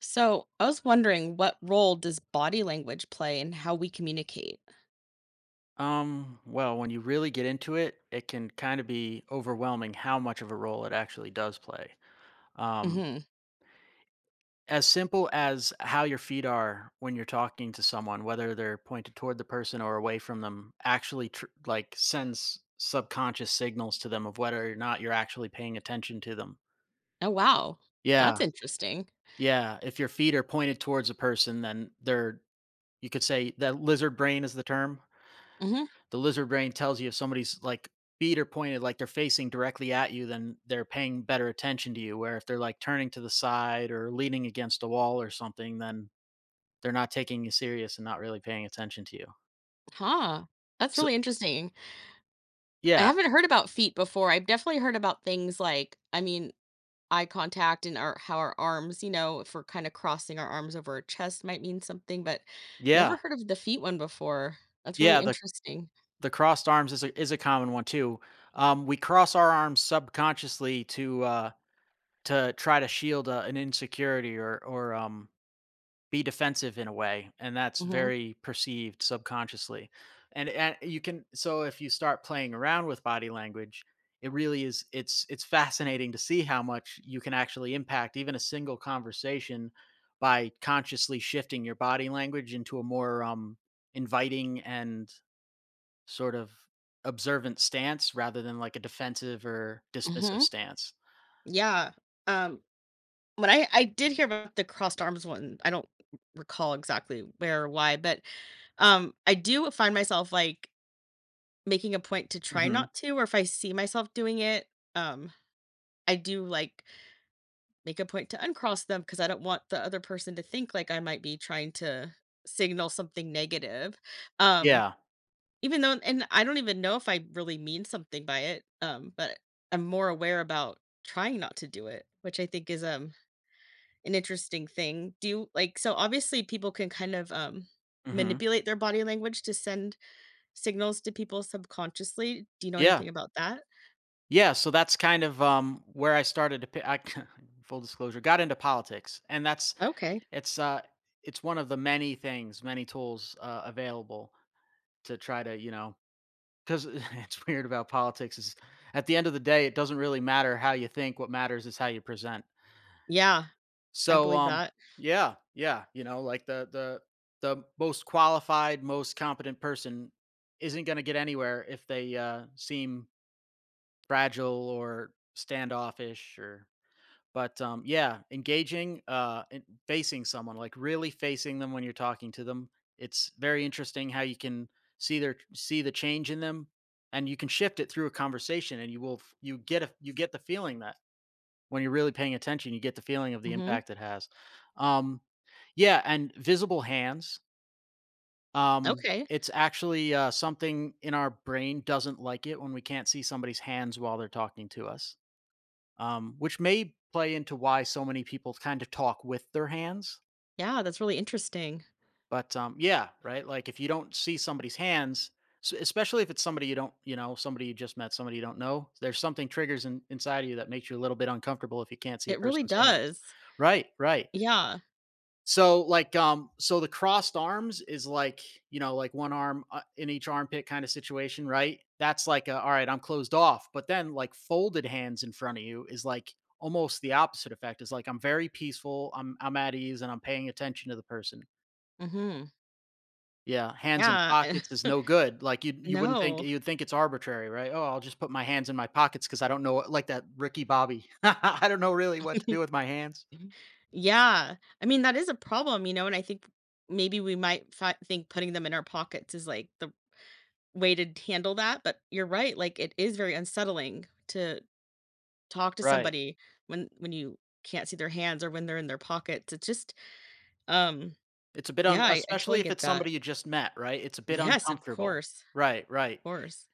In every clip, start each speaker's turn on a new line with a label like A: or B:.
A: So I was wondering, what role does body language play in how we communicate?
B: Well, when you really get into it, it can kind of be overwhelming how much of a role it actually does play. Um,
A: Hmm.
B: as simple as how your feet are when you're talking to someone, whether they're pointed toward the person or away from them, actually sends subconscious signals to them of whether or not you're actually paying attention to them.
A: Oh, wow.
B: Yeah,
A: That's interesting.
B: yeah. If your feet are pointed towards a person, then they're you could say that lizard brain is the term.
A: Hmm.
B: The lizard brain tells you if somebody's like feet are pointed, like they're facing directly at you, then they're paying better attention to you. Where if they're like turning to the side or leaning against a wall or something, then they're not taking you serious and not really paying attention to you.
A: Huh. That's
B: So
A: really interesting. I
B: yeah,
A: haven't heard about feet before. I've definitely heard about things like, I mean, eye contact and our, how our arms, you know, if we're kind of crossing our arms over our chest might mean something, but
B: yeah,
A: never heard of the feet one before. That's really
B: yeah. The
A: interesting.
B: the crossed arms is a common one too. We cross our arms subconsciously to try to shield an insecurity or be defensive in a way, and that's
A: Hmm.
B: very perceived subconsciously, and you can. So if you start playing around with body language, it really is, it's fascinating to see how much you can actually impact even a single conversation by consciously shifting your body language into a more inviting and sort of observant stance rather than like a defensive or dismissive
A: Hmm.
B: stance.
A: Yeah. Um, When I did hear about the crossed arms one, I don't recall exactly where or why, but, I do find myself, like, making a point to try
B: Hmm
A: not to, or if I see myself doing it, um, I do, like, make a point to uncross them because I don't want the other person to think, like, I might be trying to signal something negative, um,
B: yeah
A: even though, and I don't even know if I really mean something by it, but I'm more aware about trying not to do it, which I think is, an interesting thing. Do you like, so obviously people can kind of
B: hmm
A: manipulate their body language to send signals to people subconsciously. Do you know
B: yeah.
A: anything about that?
B: Yeah, so that's kind of, where I started to pi I full disclosure, got into politics, and that's
A: Okay.
B: it's, uh it's one of the many things, many tools, available to try to, you know, because it's weird about politics is at the end of the day, it doesn't really matter how you think, what matters is how you present.
A: Yeah, I
B: So,
A: believe that.
B: yeah, yeah, you know, like, the the most qualified, most competent person isn't gonna get anywhere if they, seem fragile or standoffish or. But, yeah, engaging, and facing someone, like, really facing them when you're talking to them. It's very interesting how you can see the change in them, and you can shift it through a conversation, and you will f you get a you get the feeling that when you're really paying attention, you get the feeling of the
A: Mhm.
B: impact it has. Um, yeah, and visible hands, um,
A: Okay.
B: it's actually, something in our brain doesn't like it when we can't see somebody's hands while they're talking to us, which may play into why so many people kind of talk with their hands.
A: Yeah, that's really interesting.
B: But yeah, right. Like if you don't see somebody's hands, especially if it's somebody you don't, you know, somebody you just met, somebody you don't know, there's something triggers inside of you that makes you a little bit uncomfortable if you can't see a
A: It really
B: person's hands.
A: does.
B: Right, right.
A: Yeah.
B: So like so the crossed arms is like, you know, like one arm in each armpit kind of situation, right? That's like a, all right, I'm closed off. But then like folded hands in front of you is like almost the opposite effect. Is like I'm very peaceful, I'm at ease and I'm paying attention to the person.
A: Mhm.
B: Yeah, hands in
A: Yeah.
B: pockets is no good. Like you wouldn't think
A: No.
B: you'd think it's arbitrary, right? Oh, I'll just put my hands in my pockets cuz I don't know like that Ricky Bobby. I don't know really what to do with my hands.
A: Yeah. I mean, that is a problem, you know, and I think maybe we might think putting them in our pockets is like the way to handle that, but you're right, like, it is very unsettling to talk to
B: Right.
A: somebody when you can't see their hands or when they're in their pockets. It's just, um
B: It's a bit
A: yeah,
B: un
A: I
B: Especially
A: totally
B: if
A: get
B: it's somebody
A: that.
B: you just met, right? It's a bit
A: Yes, of
B: uncomfortable.
A: course,
B: Right, right.
A: of course.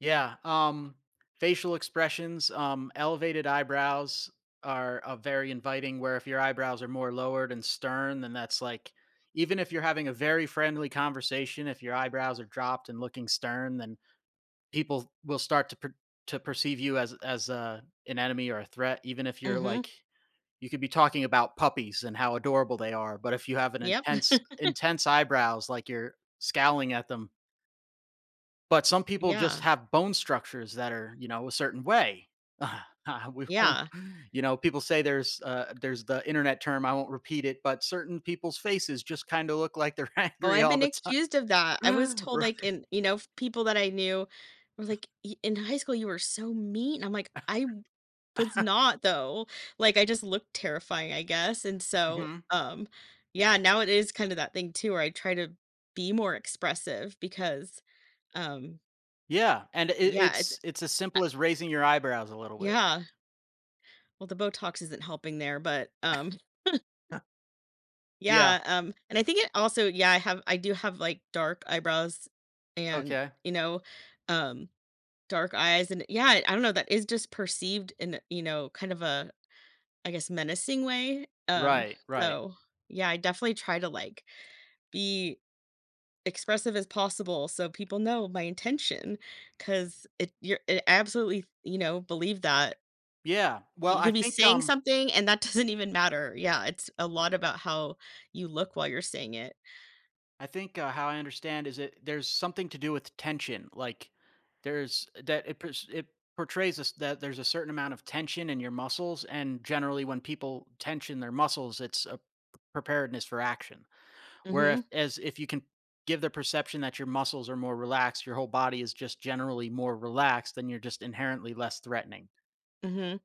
B: Yeah, facial expressions, elevated eyebrows are, very inviting, where if your eyebrows are more lowered and stern, then that's like even if you're having a very friendly conversation, if your eyebrows are dropped and looking stern, then people will start to per to perceive you as an enemy or a threat, even if you're, like
A: Mhm.
B: you could be talking about puppies and how adorable they are, but if you have an
A: Yep.
B: intense eyebrows, like you're scowling at them. But some people just
A: Yeah.
B: have bone structures that are, you know, a certain way. We won't,
A: Yeah.
B: you know, people say there's the internet term, I won't repeat it, but certain people's faces just kinda look like they're
A: Oh,
B: angry
A: I've
B: all
A: been
B: the
A: accused of that. I was
B: time.
A: told,
B: Right.
A: like, in you know, f people that I knew were like, "Y In high school, you were so mean." I'm like, "I was not though, like, I just looked terrifying, I guess, and so,
B: Mhm.
A: yeah, now it is kind of that thing too where I try to be more expressive because, um,
B: Yeah, and it
A: yeah, it's
B: it's it's as
A: uh,
B: simple as raising your eyebrows a little bit.
A: yeah, well, the Botox isn't helping there, but,
B: Yeah,
A: yeah, and I think it also yeah, I have I do have, like, dark eyebrows and,
B: okay.
A: you know, um, dark eyes, and yeah, I don't know, that is just perceived in, you know, kind of a I guess, menacing way,
B: Right, right.
A: so, yeah, I definitely try to, like, be expressive as possible so people know my intention. Because it you're I absolutely, you know, believe that.
B: Yeah. Well,
A: You could be saying something, and that doesn't even matter. Yeah, it's a lot about how you look while you're saying it.
B: I think, how I understand is it there's something to do with tension, like, there's that it portrays us that there's a certain amount of tension in your muscles, and generally when people tension their muscles, it's a preparedness for action. Where if
A: Mhm.
B: as if you can give the perception that your muscles are more relaxed, your whole body is just generally more relaxed, then you're just inherently less threatening.
A: Mhm.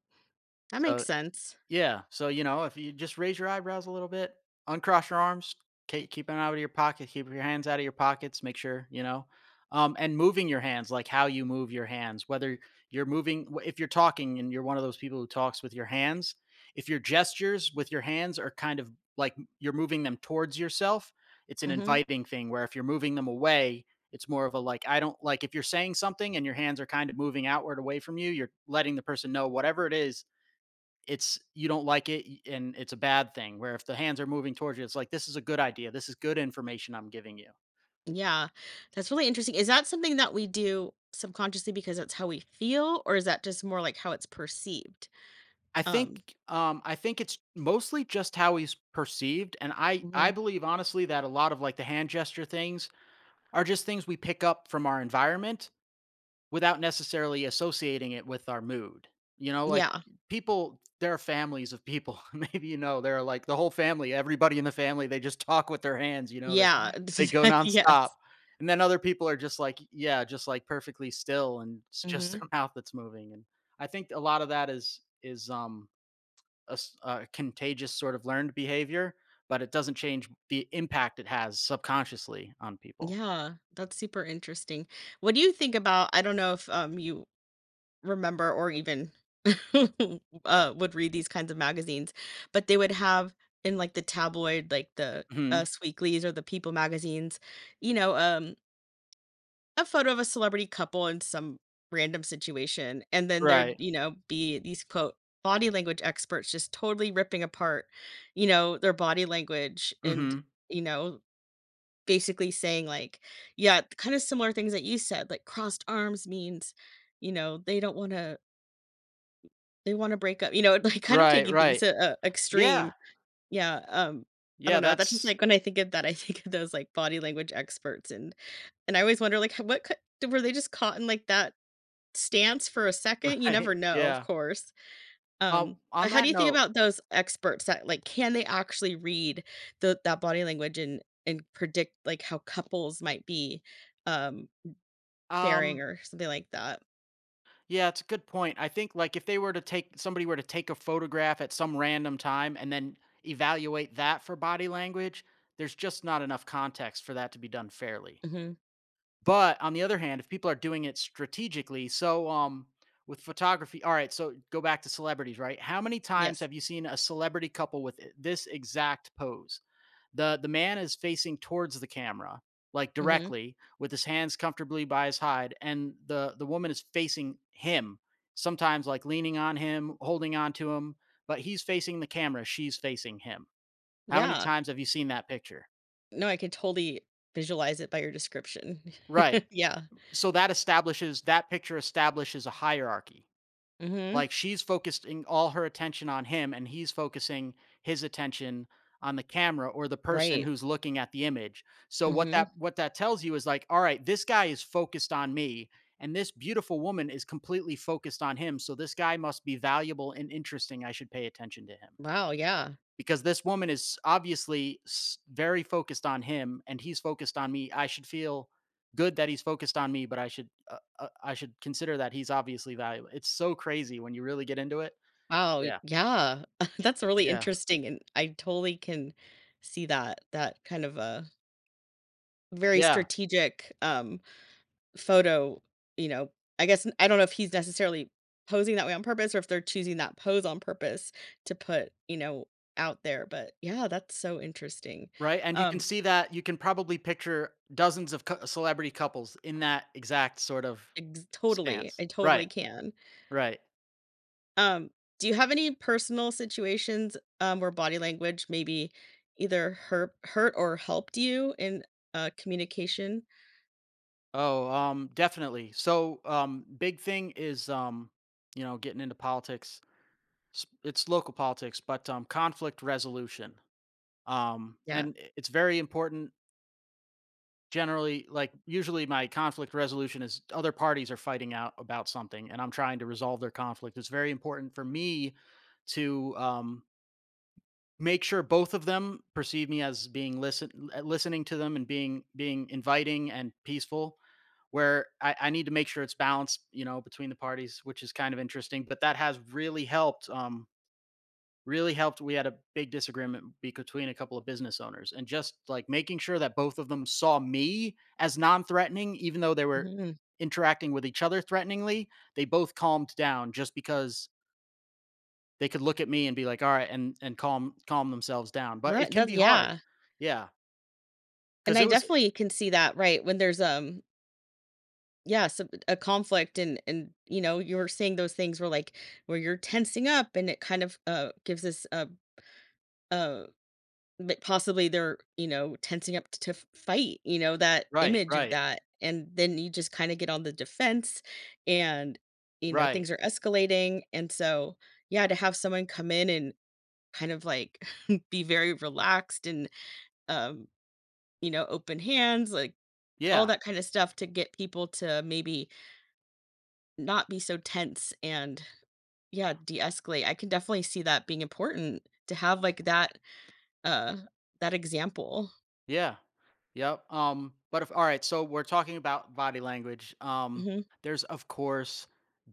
A: That makes
B: So
A: sense.
B: yeah. So, you know, if you just raise your eyebrows a little bit, uncross your arms, keep them out of your pocket, keep your hands out of your pockets, make sure, you know, and moving your hands, like how you move your hands, whether if you're talking and you're one of those people who talks with your hands, if your gestures with your hands are kind of like you're moving them towards yourself, it's an
A: Mhm.
B: inviting thing where if you're moving them away, it's more of a like, I don't like if you're saying something and your hands are kind of moving outward away from you, you're letting the person know whatever it is it's you don't like it and it's a bad thing, where if the hands are moving towards you it's like this is a good idea, this is good information I'm giving you.
A: Yeah. That's really interesting. Is that something that we do subconsciously because that's how we feel, or is that just more like how it's perceived?
B: I
A: Um,
B: think I think it's mostly just how he's perceived, and I
A: mhm.
B: believe honestly that a lot of like the hand gesture things are just things we pick up from our environment without necessarily associating it with our mood. You know, like
A: Yeah.
B: people, there are families of people. Maybe you know, they're like the whole family, everybody in the family, they just talk with their hands, you know,
A: Yeah.
B: they go nonstop.
A: Yes.
B: And then other people are just like, yeah, just like perfectly still and it's just
A: Mhm.
B: their mouth that's moving. And I think a lot of that is a, a contagious sort of learned behavior, but it doesn't change the impact it has subconsciously on people.
A: Yeah. That's super interesting. What do you think about, I don't know if, you remember or even, would read these kinds of magazines, but they would have in, like, the tabloid, like the
B: Hmm
A: Us Weeklies or the People magazines, you know, a photo of a celebrity couple in some random situation, and then there'd,
B: Right.
A: you know, be these quote body language experts just totally ripping apart, you know, their body language and,
B: hmm
A: you know, basically saying like, yeah, kind of similar things that you said, like crossed arms means, you know, they don't want to they want to break up, you know, like kind of
B: Right.
A: taking things
B: Right.
A: to extreme.
B: Yeah.
A: Yeah, I don't
B: Yeah,
A: know. That's just
B: that's
A: like when I think of that, I think of those like body language experts, and I always wonder like what could, were they just caught in like that stance for a second, you
B: right,
A: never know, of
B: yeah.
A: course.
B: On
A: But how do
B: that
A: you think
B: note,
A: about those experts that like, can they actually read the that body language and predict like how couples might be um faring
B: um,
A: or something like that?
B: yeah, it's a good point. I think, like, if they were to take somebody were to take a photograph at some random time and then evaluate that for body language, there's just not enough context for that to be done fairly.
A: Mhm.
B: But on the other hand, if people are doing it strategically, so, with photography, alright, so go back to celebrities, right? How many times
A: Yes.
B: have you seen a celebrity couple with, eh, this exact pose? The man is facing towards the camera, like
A: Mhm.
B: directly with his hands comfortably by his hide, and the woman is facing him, sometimes like leaning on him, holding on to him, but he's facing the camera, she's facing him. How many
A: Yeah.
B: times have you seen that picture?
A: No, I can totally visualize it by your description.
B: Right,
A: Yeah.
B: so that establishes, that picture establishes a hierarchy.
A: Mhm.
B: Like she's focusing all her attention on him and he's focusing his attention on the camera or the person
A: Right.
B: who's looking at the image. So
A: Mhm.
B: what that tells you is like, all right, this guy is focused on me and this beautiful woman is completely focused on him. So this guy must be valuable and interesting. I should pay attention to him
A: Wow, yeah.
B: because this woman is obviously very focused on him and he's focused on me. I should feel good that he's focused on me, but I should consider that he's obviously valuable. It's so crazy when you really get into it.
A: Wow,
B: Yeah,
A: yeah. That's really
B: yeah,
A: interesting, and I totally can see that that kind of a very
B: yeah.
A: strategic, photo, you know, I guess I don't know if he's necessarily posing that way on purpose, or if they're choosing that pose on purpose to put, you know, out there, but yeah, that's so interesting.
B: Right, and you can
A: Um,
B: see that, you can probably picture dozens of celebrity couples in that exact sort of
A: ex totally,
B: stance,
A: I
B: right?
A: totally can.
B: Right.
A: Um, do you have any personal situations, where body language maybe either hurt or helped you in, communication?
B: Oh, definitely. So big thing is you know getting into politics. It's local politics, but conflict resolution.
A: Yeah.
B: And it's very important. Generally, like usually, my conflict resolution is other parties are fighting out about something, and I'm trying to resolve their conflict. It's very important for me to make sure both of them perceive me as being listening to them and being inviting and peaceful. Where I need to make sure it's balanced, you know, between the parties, which is kind of interesting. But that has really helped. Really helped. We had a big disagreement between a couple of business owners, and just like making sure that both of them saw me as non threatening, even though they were
A: Mhm.
B: interacting with each other threateningly, they both calmed down just because they could look at me and be like, all right, and calm themselves down. But it
A: Right,
B: can
A: that
B: be hard.
A: yeah,
B: Yeah.
A: and
B: Cause
A: I
B: it was
A: definitely can see that, right, when there's, yeah, so a conflict and, you know, you were saying those things where, like, where you're tensing up and it kind of, gives us a m possibly they're, you know, tensing up to f fight, you know, that
B: right,
A: image of
B: right,
A: that, and then you just kinda get on the defense and, you know,
B: right.
A: things are escalating, and so, yeah, to have someone come in and kind of, like, be very relaxed and, um, you know, open hands, like, all
B: Yeah.
A: that kinda stuff to get people to maybe not be so tense and yeah, de-escalate. I can definitely see that being important to have like that uh that example.
B: Yeah. Yep. But if All right, so we're talking about body language.
A: Mhm.
B: There's of course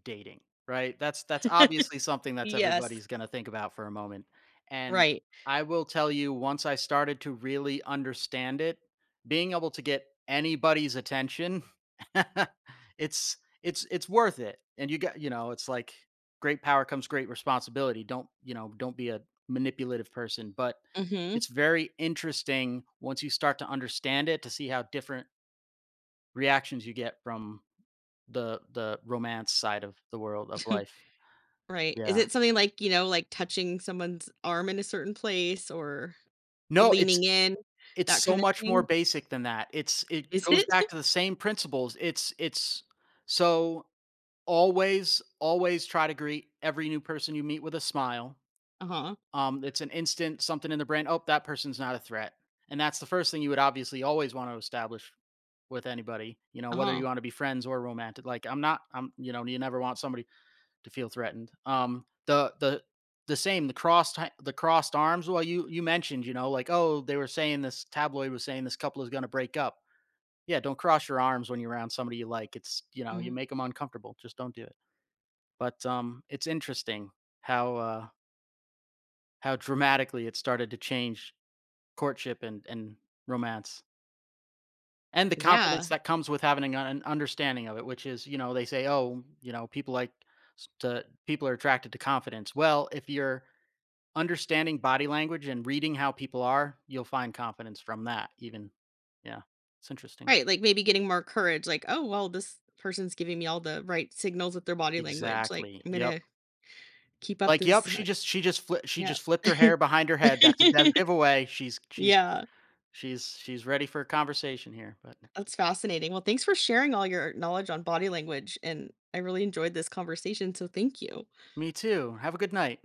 B: dating, right? That's obviously something that's
A: Yes.
B: everybody's gonna think about for a moment. And
A: Right.
B: I will tell you, once I started to really understand it, being able to get anybody's attention, it's it's worth it. And you got, you know, it's like great power comes great responsibility. Don't, you know, don't be a manipulative person. But it's
A: Mhm.
B: very interesting once you start to understand it to see how different reactions you get from the romance side of the world of life.
A: Right. Is
B: Yeah.
A: it something like, you know, like touching someone's arm in a certain place or
B: No,
A: leaning in,
B: it's
A: that
B: so
A: kind of
B: much more
A: thing?
B: basic than that. It's, it
A: Is
B: goes
A: it?
B: back to the same principles. It's so Always always try to greet every new person you meet with a smile.
A: Uh-huh.
B: It's an instant something in the brain. Oh, that person's not a threat. And that's the first thing you would obviously always want to establish with anybody, you know, whether you
A: Uh-huh.
B: want to be friends or romantic. Like I'm not, I'm, you know, you never want somebody to feel threatened. The the crossed arms. Well, you mentioned, you know, like, oh, they were saying this tabloid was saying this couple is going to break up. Yeah. Don't cross your arms when you're around somebody you like. It's, you know, you
A: Mhm.
B: make them uncomfortable. Just don't do it. But, it's interesting how, uh, how dramatically it started to change courtship and romance, and the
A: Yeah.
B: confidence that comes with having an understanding of it, which is, you know, they say, "Oh, you know, people like s to people are attracted to confidence." Well, if you're understanding body language and reading how people are, you'll find confidence from that even. Yeah, it's interesting.
A: Right, like maybe getting more courage like, "Oh, well, this person's giving me all the right signals with their body language. Like,
B: Exactly,
A: I'm
B: yep.
A: gonna keep up
B: Like, "Yep,
A: this."
B: she just fli she
A: Yep.
B: just flipped her hair behind her head. That's a dead giveaway.
A: Yeah,
B: She's ready for a conversation here," but,
A: that's fascinating. Well, thanks for sharing all your knowledge on body language, and I really enjoyed this conversation, so thank you.
B: "Me too. Have a good night."